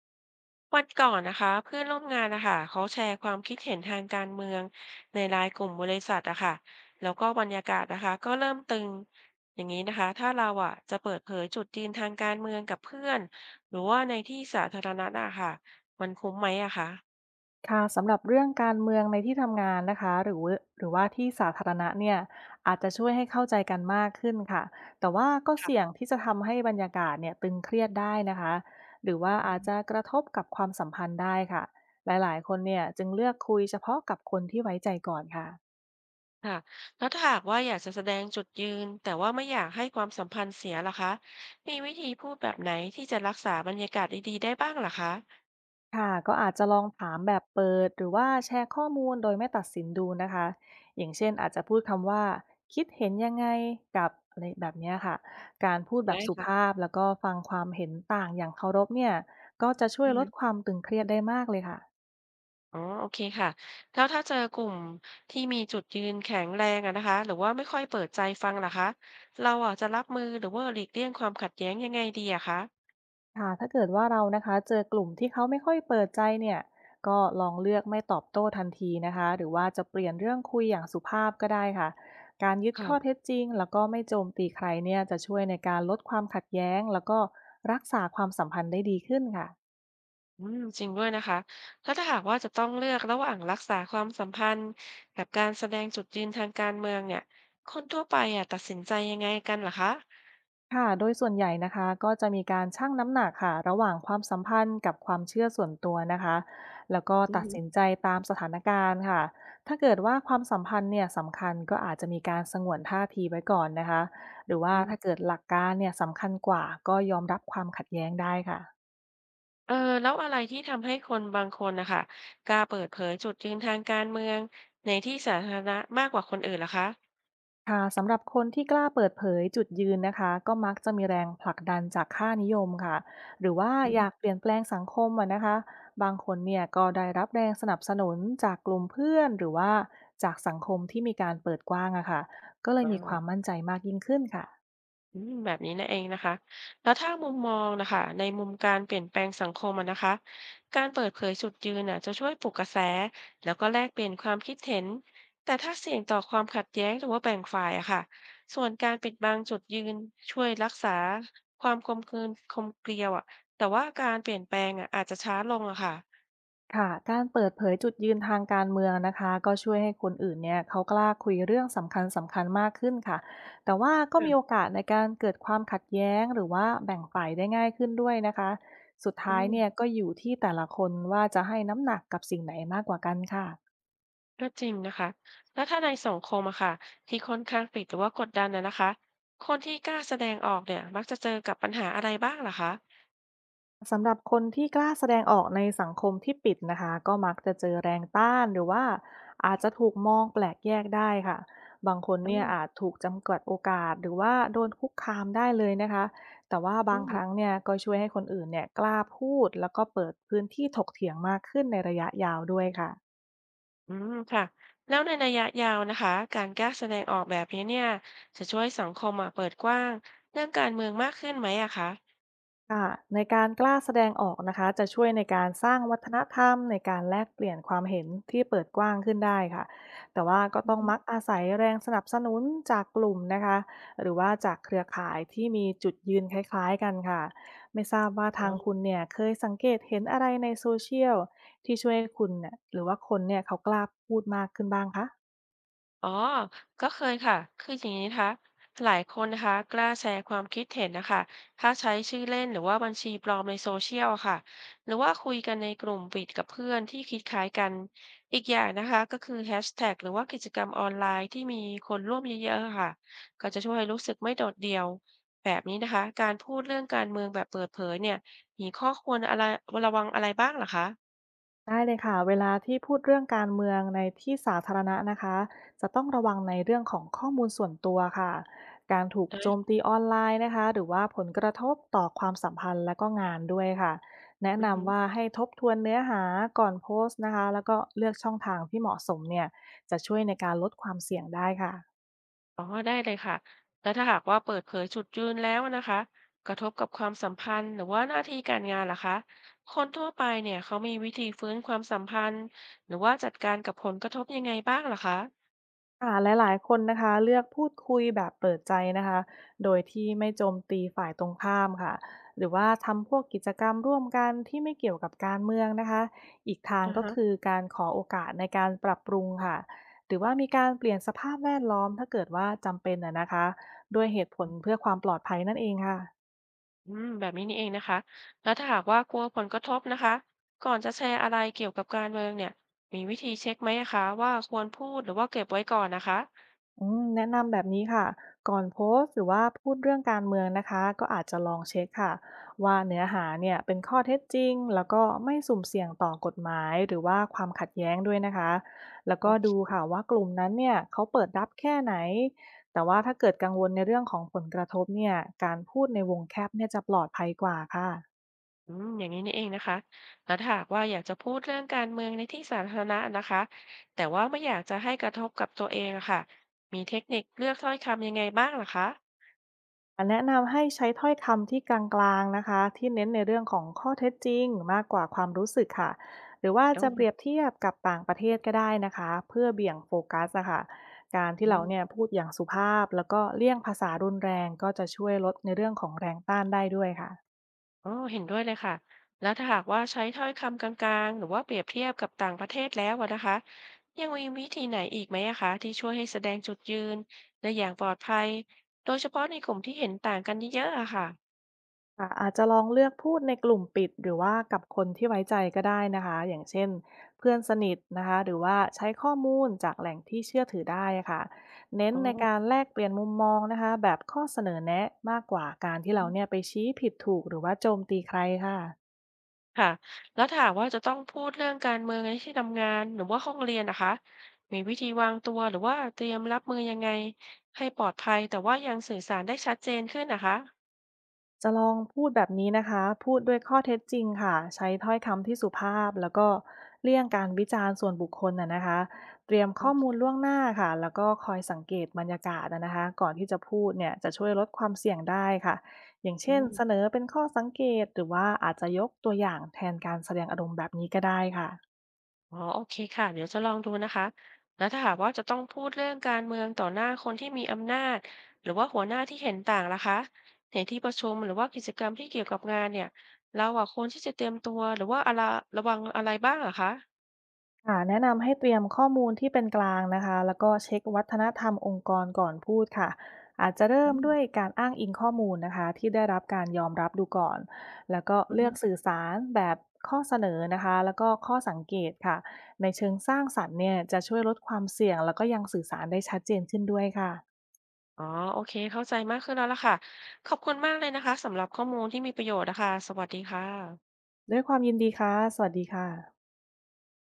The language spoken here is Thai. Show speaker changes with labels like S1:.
S1: วันก่อนนะคะเพื่อนร่วมงานนะคะเขาแชร์ความคิดเห็นทางการเมืองในไลน์กลุ่มบริษัทอะค่ะแล้วก็บรรยากาศนะคะก็เริ่มตึงอย่างนี้นะคะถ้าเราอะจะเปิดเผยจุดยืนทางการเมืองกับเพื่อนหรือว่าในที่สาธารณะอะค่ะมันคุ้มไหมอะคะ
S2: ค่ะสำหรับเรื่องการเมืองในที่ทำงานนะคะหรือว่าที่สาธารณะเนี่ยอาจจะช่วยให้เข้าใจกันมากขึ้นค่ะแต่ว่าก็เสี่
S1: ค่ะ
S2: ยงที่จะทำให้บรรยากาศเนี่ยตึงเครียดได้นะคะหรือว่า
S1: อื
S2: อาจจะ
S1: ม
S2: กระทบกับความสัมพันธ์ได้ค่ะหลายๆคนเนี่ยจึงเลือกคุยเฉพาะกับคนที่ไว้ใจก่อนค่ะ
S1: ค่ะแล้วถ้าหากว่าอยากจะแสดงจุดยืนแต่ว่าไม่อยากให้ความสัมพันธ์เสียล่ะคะมีวิธีพูดแบบไหนที่จะรักษาบรรยากาศดีๆได้บ้างล่ะคะ
S2: ค่ะก็อาจจะลองถามแบบเปิดหรือว่าแชร์ข้อมูลโดยไม่ตัดสินดูนะคะอย่างเช่นอาจจะพูดคำว่าคิดเห็นยังไงกับอะไรแบบเนี้ยค่ะการพูดแบ
S1: ได้
S2: บสุ
S1: ค่
S2: ภาพแล้วก็ฟังความเห็นต่างอย่างเคารพเนี่ยก็จะช่วยลดค
S1: ะ
S2: วามตึงเครียดได้มากเลยค่ะ
S1: อ๋อโอเคค่ะแล้วถ้าเจอกลุ่มที่มีจุดยืนแข็งแรงอะนะคะหรือว่าไม่ค่อยเปิดใจฟังล่ะคะเราอ่ะจะรับมือหรือว่าหลีกเลี่ยงความขัดแย้งยังไงดีอะคะ
S2: ค่ะถ้าเกิดว่าเรานะคะเจอกลุ่มที่เขาไม่ค่อยเปิดใจเนี่ยก็ลองเลือกไม่ตอบโต้ทันทีนะคะหรือว่าจะเปลี่ยนเรื่องคุยอย่างสุภาพก็ได้ค่ะการยึดข้อ
S1: ค่ะ
S2: เท็จจริงแล้วก็ไม่โจมตีใครเนี่ยจะช่วยในการลดความขัดแย้งแล้วก็รักษาความสัมพันธ์ได้ดีขึ้นค่ะ
S1: อืมจริงด้วยนะคะแล้วถ้าหากว่าจะต้องเลือกระหว่างรักษาความสัมพันธ์กับการแสดงจุดยืนทางการเมืองเนี่ยคนทั่วไปอ่ะตัดสินใจยังไงกันล่ะคะ
S2: ค่ะโดยส่วนใหญ่นะคะก็จะมีการชั่งน้ำหนักค่ะ ระหว่างความสัมพันธ์กับความเชื่อส่วนตัวนะคะแล้วก็
S1: อือ
S2: ตัด
S1: หือ
S2: สินใจตามสถานการณ์ค่ะ ถ้าเกิดว่าความสัมพันธ์เนี่ยสำคัญ ก็อาจจะมีการสงวนท่าทีไว้ก่อนนะคะหรือว่า
S1: อื
S2: ถ้า
S1: ม
S2: เกิดหลักการเนี่ยสำคัญกว่าก็ยอมรับความขัดแย้งได้ค่ะ
S1: เออแล้วอะไรที่ทำให้คนบางคนนะคะกล้าเปิดเผยจุดยืนทางการเมืองในที่สาธารณะมากกว่าคนอื่นล่ะคะ
S2: ค่ะสำหรับคนที่กล้าเปิดเผยจุดยืนนะคะก็มักจะมีแรงผลักดันจากค่านิยมค่ะหรือว่าอยากเปลี่ยนแปลงสังคมอะนะคะบางคนเนี่ยก็ได้รับแรงสนับสนุนจากกลุ่มเพื่อนหรือว่าจากสังคมที่มีการเปิดกว้างอะค่ะก็เลยมีความ
S1: อา
S2: มั่นใจมากยิ่งขึ้นค่ะ
S1: อืมแบบนี้นั่นเองนะคะแล้วถ้ามุมมองน่ะค่ะในมุมการเปลี่ยนแปลงสังคมอะนะคะการเปิดเผยจุดยืนน่ะจะช่วยปลุกกระแสแล้วก็แลกเปลี่ยนความคิดเห็นแต่ถ้าเสี่ยงต่อความขัดแย้งหรือว่าแบ่งฝ่ายอะค่ะส่วนการปิดบังจุดยืนช่วยรักษาความกลมกลืนกลมเกลียวอะแต่ว่าการเปลี่ยนแปลงอะอาจจะช้าลงอะค่ะ
S2: ค่ะการเปิดเผยจุดยืนทางการเมืองนะคะก็ช่วยให้คนอื่นเนี่ยเขากล้าคุยเรื่องสำคัญสำคัญมากขึ้นค่ะแต่ว่าก็
S1: ค่ะ
S2: มีโอกาสในการเกิดความขัดแย้งหรือว่าแบ่งฝ่ายได้ง่ายขึ้นด้วยนะคะสุด
S1: อื
S2: ท้าย
S1: ม
S2: เนี่ยก็อยู่ที่แต่ละคนว่าจะให้น้ำหนักกับสิ่งไหนมากกว่ากันค่ะ
S1: ก็จริงนะคะ แล้วถ้าในสังคมอะค่ะที่ค่อนข้างปิดหรือว่ากดดันนะคะ คนที่กล้าแสดงออกเนี่ยมักจะเจอกับปัญหาอะไรบ้างเหรอคะ
S2: สำหรับคนที่กล้าแสดงออกในสังคมที่ปิดนะคะก็มักจะเจอแรงต้านหรือว่าอาจจะถูกมองแปลกแยกได้ค่ะบางคน
S1: อื
S2: เนี่ย
S1: ม
S2: อาจถูกจำกัดโอกาสหรือว่าโดนคุกคามได้เลยนะคะแต่ว่า
S1: อื
S2: บางค
S1: ม
S2: รั้งเนี่ยก็ช่วยให้คนอื่นเนี่ยกล้าพูดแล้วก็เปิดพื้นที่ถกเถียงมากขึ้นในระยะยาวด้วยค่ะ
S1: อืมค่ะแล้วในระยะยาวนะคะการกล้าแสดงออกแบบนี้เนี่ยจะช่วยสังคมอะเปิดกว้างเรื่องการเมืองมากขึ้นไหมอะคะ
S2: ค่ะในการกล้าแสดงออกนะคะจะช่วยในการสร้างวัฒนธรรมในการแลกเปลี่ยนความเห็นที่เปิดกว้างขึ้นได้ค่ะแต่ว่าก็
S1: อือ
S2: ต้อง
S1: ฮึ
S2: มักอาศัยแรงสนับสนุนจากกลุ่มนะคะหรือว่าจากเครือข่ายที่มีจุดยืนคล้ายๆกันค่ะไม่ทราบว่าทางคุณเนี่ยเคยสังเกตเห็นอะไรในโซเชียลที่ช่วยให้คุณเนี่ยหรือว่าคนเนี่ยเขากล้าพูดมากขึ้นบ้างคะ
S1: อ๋อ ก็เคยค่ะ คืออย่างนี้นะคะหลายคนนะคะกล้าแชร์ความคิดเห็นนะคะ ถ้าใช้ชื่อเล่นหรือว่าบัญชีปลอมในโซเชียลอะค่ะ หรือว่าคุยกันในกลุ่มปิดกับเพื่อนที่คิดคล้ายกัน อีกอย่างนะคะก็คือแฮชแท็กหรือว่ากิจกรรมออนไลน์ที่มีคนร่วมเยอะๆอะค่ะ ก็จะช่วยให้รู้สึกไม่โดดเดี่ยวแบบนี้นะคะ การพูดเรื่องการเมืองแบบเปิดเผยเนี่ยมีข้อควรอะไรระวังอะไรบ้างเหรอคะ
S2: ได้เลยค่ะเวลาที่พูดเรื่องการเมืองในที่สาธารณะนะคะจะต้องระวังในเรื่องของข้อมูลส่วนตัวค่ะการถูก
S1: เอ้
S2: โจ
S1: ย
S2: มตีออนไลน์นะคะหรือว่าผลกระทบต่อความสัมพันธ์และก็งานด้วยค่ะแนะ
S1: อือฮึ
S2: นำว่าให้ทบทวนเนื้อหาก่อนโพสต์นะคะแล้วก็เลือกช่องทางที่เหมาะสมเนี่ยจะช่วยในการลดความเสี่ยงได้ค่ะ
S1: อ๋อได้เลยค่ะแล้วถ้าหากว่าเปิดเผยจุดยืนแล้วนะคะกระทบกับความสัมพันธ์หรือว่าหน้าที่การงานล่ะคะคนทั่วไปเนี่ยเขามีวิธีฟื้นความสัมพันธ์หรือว่าจัดการกับผลกระทบยังไงบ้างล่ะคะ
S2: ค่ะหลายๆคนนะคะเลือกพูดคุยแบบเปิดใจนะคะโดยที่ไม่โจมตีฝ่ายตรงข้ามค่ะหรือว่าทำพวกกิจกรรมร่วมกันที่ไม่เกี่ยวกับการเมืองนะคะอีกทาง
S1: อือ
S2: ก็
S1: ฮะ
S2: คือการขอโอกาสในการปรับปรุงค่ะหรือว่ามีการเปลี่ยนสภาพแวดล้อมถ้าเกิดว่าจำเป็นนะคะด้วยเหตุผลเพื่อความปลอดภัยนั่นเองค่ะ
S1: อืมแบบนี้นี่เองนะคะแล้วถ้าหากว่ากลัวผลกระทบนะคะก่อนจะแชร์อะไรเกี่ยวกับการเมืองเนี่ยมีวิธีเช็คไหมอะคะว่าควรพูดหรือว่าเก็บไว้ก่อนนะคะ
S2: อืมแนะนำแบบนี้ค่ะก่อนโพสต์หรือว่าพูดเรื่องการเมืองนะคะก็อาจจะลองเช็คค่ะว่าเนื้อหาเนี่ยเป็นข้อเท็จจริงแล้วก็ไม่สุ่มเสี่ยงต่อกฎหมายหรือว่าความขัดแย้งด้วยนะคะแล้วก็ดูค่ะว่ากลุ่มนั้นเนี่ยเขาเปิดรับแค่ไหนแต่ว่าถ้าเกิดกังวลในเรื่องของผลกระทบเนี่ยการพูดในวงแคบเนี่ยจะปลอดภัยกว่าค่ะ
S1: อืมอย่างนี้นี่เองนะคะแล้วถ้าหากว่าอยากจะพูดเรื่องการเมืองในที่สาธารณะนะคะแต่ว่าไม่อยากจะให้กระทบกับตัวเองอะค่ะมีเทคนิคเลือกถ้อยคำยังไงบ้างเหรอคะ
S2: แนะนำให้ใช้ถ้อยคำที่กลางๆนะคะที่เน้นในเรื่องของข้อเท็จจริงมากกว่าความรู้สึกค่ะหรือว่า
S1: โอ้
S2: จะเปรียบเทียบกับต่างประเทศก็ได้นะคะเพื่อเบี่ยงโฟกัสนะคะการที่
S1: อื
S2: เราเนี่ย
S1: ม
S2: พูดอย่างสุภาพแล้วก็เลี่ยงภาษารุนแรงก็จะช่วยลดในเรื่องของแรงต้านได้ด้วยค่ะ
S1: อ๋อเห็นด้วยเลยค่ะแล้วถ้าหากว่าใช้ถ้อยคำกลางๆหรือว่าเปรียบเทียบกับต่างประเทศแล้วอะนะคะยังมีวิธีไหนอีกไหมอะคะที่ช่วยให้แสดงจุดยืนได้อย่างปลอดภัยโดยเฉพาะในกลุ่มที่เห็นต่างกันเยอะๆอะค่ะ
S2: ค่ะอาจจะลองเลือกพูดในกลุ่มปิดหรือว่ากับคนที่ไว้ใจก็ได้นะคะอย่างเช่นเพื่อนสนิทนะคะหรือว่าใช้ข้อมูลจากแหล่งที่เชื่อถือได้ะค่ะเน้น
S1: อ๋อ
S2: ในการแลกเปลี่ยนมุมมองนะคะแบบข้อเสนอแนะมากกว่าการที่เราเนี่ยไปชี้ผิดถูกหรือว่าโจมตีใครค่ะ
S1: ค่ะแล้วถ้ามว่าจะต้องพูดเรื่องการเมืองในที่ทำงานหรือว่าห้องเรียนนะคะมีวิธีวางตัวหรือว่าเตรียมรับมือยังไงให้ปลอดภัยแต่ว่ายังสื่อสารได้ชัดเจนขึ้นนะคะ
S2: จะลองพูดแบบนี้นะคะพูดด้วยข้อเท็จจริงค่ะใช้ถ้อยคำที่สุภาพแล้วก็เลี่ยงการวิจารณ์ส่วนบุคคลนะคะเตรียม
S1: อื
S2: ข้อมู
S1: ม
S2: ลล่วงหน้าค่ะแล้วก็คอยสังเกตบรรยากาศนะคะก่อนที่จะพูดเนี่ยจะช่วยลดความเสี่ยงได้ค่ะอย่างเช่นเส
S1: อื
S2: นอเป็นข้อสังเกตหรือว่าอาจจะยกตัวอย่างแทนการแสดงอารมณ์แบบนี้ก็ได้ค่ะ
S1: อ๋อโอเคค่ะเดี๋ยวจะลองดูนะคะแล้วถ้าหากว่าจะต้องพูดเรื่องการเมืองต่อหน้าคนที่มีอำนาจหรือว่าหัวหน้าที่เห็นต่างล่ะคะในที่ประชุมหรือว่ากิจกรรมที่เกี่ยวกับงานเนี่ยเราอะควรที่จะเตรียมตัวหรือว่าอะไรระวังอะไรบ้างเหรอคะ
S2: ค่ะแนะนำให้เตรียมข้อมูลที่เป็นกลางนะคะแล้วก็เช็ควัฒนธรรมองค์กรก่อนพูดค่ะอาจจะเริ่ม
S1: อื
S2: ด้วย
S1: ม
S2: การอ้างอิงข้อมูลนะคะที่ได้รับการยอมรับดูก่อนแล้วก็เลือกสื่อสารแบบข้อเสนอนะคะแล้วก็ข้อสังเกตค่ะในเชิงสร้างสรรค์เนี่ยจะช่วยลดความเสี่ยงแล้วก็ยังสื่อสารได้ชัดเจนขึ้นด้วยค่ะ
S1: อ๋อโอเคเข้าใจมากขึ้นแล้วล่ะค่ะขอบคุณมากเลยนะคะสำหรับข้อมูลที่มีประโยชน์นะคะสวัสดีค่ะ
S2: ด้วยความยินดีค่ะสวัสดีค่ะ